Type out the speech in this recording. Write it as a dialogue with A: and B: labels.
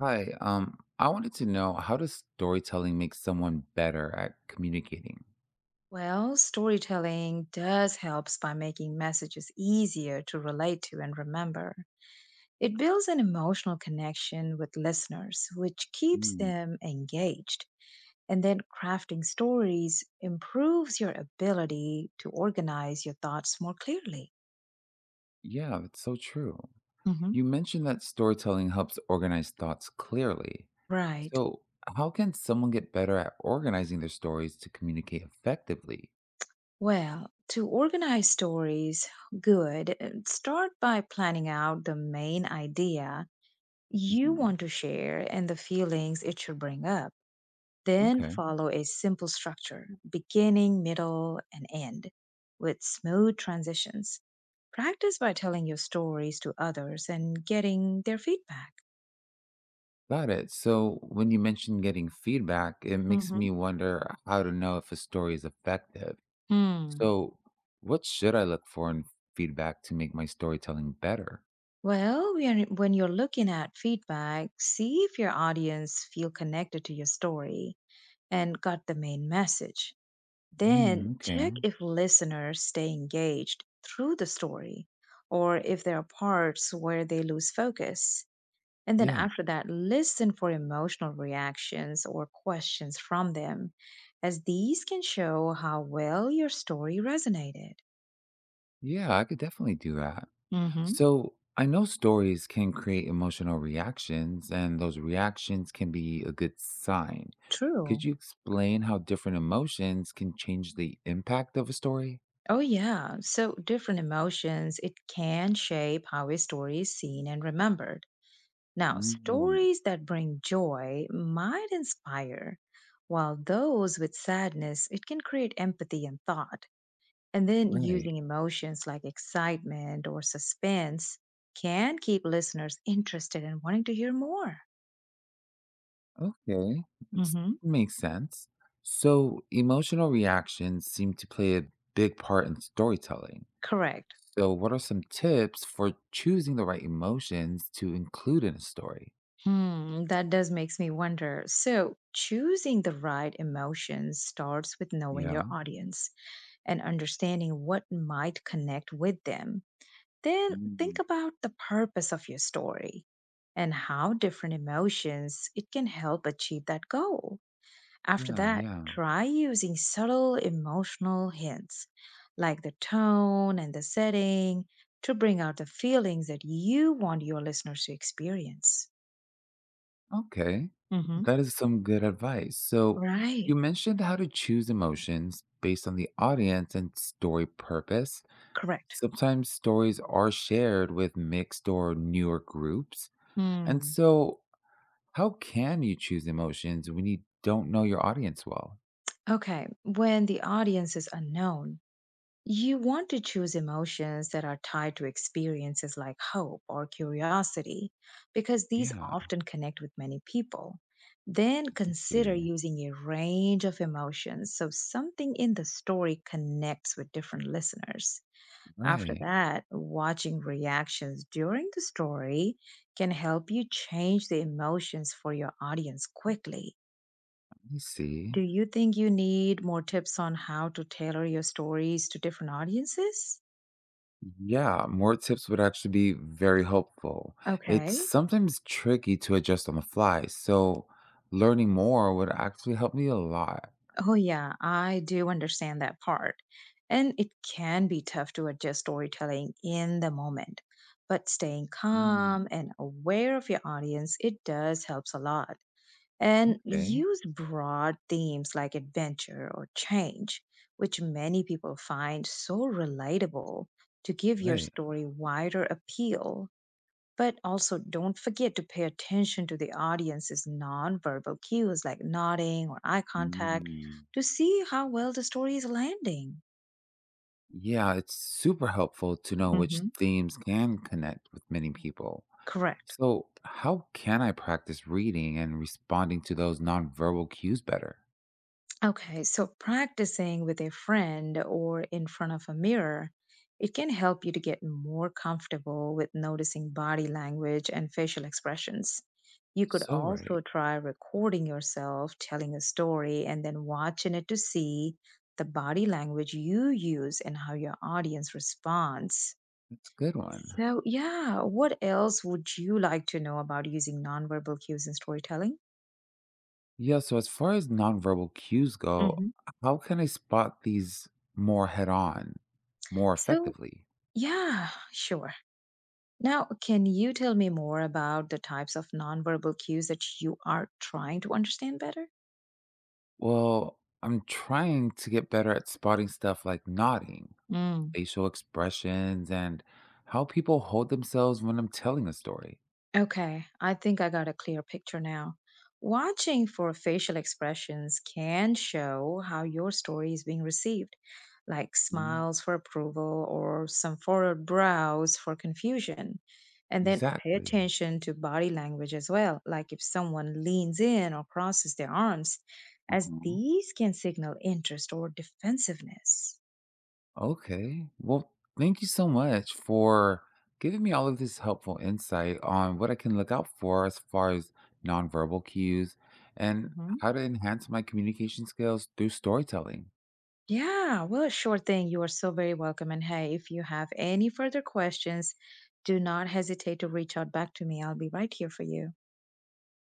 A: Hi, I wanted to know, how does storytelling make someone better at communicating?
B: Well, storytelling does helps by making messages easier to relate to and remember. It builds an emotional connection with listeners, which keeps
A: Mm.
B: them engaged. And then crafting stories improves your ability to organize your thoughts more clearly.
A: Yeah, it's so true.
B: Hmm.
A: You mentioned that storytelling helps organize thoughts clearly.
B: Right.
A: So, how can someone get better at organizing their stories to communicate effectively?
B: Well, to organize stories, good. Start by planning out the main idea you
A: Mhm.
B: want to share and the feelings it should bring up. Then
A: Okay,
B: follow a simple structure, beginning, middle, and end, with smooth transitions. Practice by telling your stories to others and getting their feedback.
A: got it. So, when you mentioned getting feedback, it makes
B: Hmm.
A: me wonder how to know if a story is effective.
B: Hmm.
A: So, what should I look for in feedback to make my storytelling better?
B: Well, when you're looking at feedback, see if your audience feel connected to your story and got the main message. Then
A: Mm, okay.
B: check if listeners stay engaged through the story or if there are parts where they lose focus. And then
A: Yeah.
B: after that, listen for emotional reactions or questions from them, as these can show how well your story resonated.
A: Yeah, I could definitely do that.
B: Hmm.
A: So I know stories can create emotional reactions, and those reactions can be a good sign. Could
B: True.
A: you explain how different emotions can change the impact of a story?
B: Oh, yeah. So, different emotions, it can shape how a story is seen and remembered. Now,
A: Mm,
B: stories that bring joy might inspire, while those with sadness, it can create empathy and thought. And then
A: right.
B: using emotions like excitement or suspense can keep listeners interested and wanting to hear more.
A: Okay. It's,
B: Hmm.
A: makes sense. So emotional reactions seem to play a big part in storytelling.
B: Correct.
A: So, what are some tips for choosing the right emotions to include in a story?
B: Hmm, that does makes me wonder. So, choosing the right emotions starts with knowing your
A: Yeah.
B: audience and understanding what might connect with them. Then think
A: Mm.
B: about the purpose of your story and how different emotions it can help achieve that goal. After
A: Yeah,
B: that,
A: yeah.
B: try using subtle emotional hints like the tone and the setting to bring out the feelings that you want your listeners to experience.
A: Okay.
B: Hmm.
A: That is some good advice. So, you
B: Right.
A: mentioned how to choose emotions based on the audience and story purpose.
B: Correct.
A: Sometimes stories are shared with mixed or newer groups. And
B: Hmm.
A: so, how can you choose emotions when you don't know your audience well?
B: Okay. When the audience is unknown, you want to choose emotions that are tied to experiences like hope or curiosity, because these
A: Yeah,
B: often connect with many people. Then
A: I
B: consider
A: see.
B: using a range of emotions so something in the story connects with different listeners. After
A: Right.
B: that, watching reactions during the story can help you change the emotions for your audience quickly.
A: I see.
B: Do you think you need more tips on how to tailor your stories to different audiences?
A: Yeah, more tips would actually be very helpful. It's
B: Okay.
A: sometimes tricky to adjust on the fly, so learning more would actually help me a lot.
B: Oh, yeah, I do understand that part. And it can be tough to adjust storytelling in the moment, but staying
A: Mm.
B: calm and aware of your audience, it does helps a lot. And
A: Okay,
B: use broad themes like adventure or change, which many people find so relatable to give your
A: right.
B: story wider appeal. But also, don't forget to pay attention to the audience's nonverbal cues like nodding or eye contact
A: Mm.
B: to see how well the story is landing.
A: Yeah, it's super helpful to know which
B: Hmm.
A: themes can connect with many people.
B: Correct.
A: So, how can I practice reading and responding to those nonverbal cues better?
B: Okay, so practicing with a friend or in front of a mirror, it can help you to get more comfortable with noticing body language and facial expressions. You could
A: So, right.
B: also try recording yourself telling a story and then watching it to see the body language you use and how your audience responds.
A: That's a good one.
B: So, yeah, what else would you like to know about using nonverbal cues in storytelling?
A: Yeah, so as far as nonverbal cues go,
B: Hmm.
A: how can I spot these more head on, more
B: So,
A: effectively?
B: yeah, sure. Now, can you tell me more about the types of nonverbal cues that you are trying to understand better?
A: Well, I'm trying to get better at spotting stuff like nodding, facial expressions, and how people hold themselves when I'm telling a story.
B: Okay, I think I got a clear picture now. Watching for facial expressions can show how your story is being received, like
A: Mm.
B: smiles for approval or some furrowed brows for confusion. And then pay
A: Exactly.
B: attention to body language as well, like if someone leans in or crosses their arms, as these can signal interest or defensiveness.
A: Okay. Well, thank you so much for giving me all of this helpful insight on what I can look out for as far as nonverbal cues and
B: Mm-hmm.
A: how to enhance my communication skills through storytelling.
B: Yeah, well, sure thing. You are so very welcome. And hey, if you have any further questions, do not hesitate to reach out back to me. I'll be right here for you.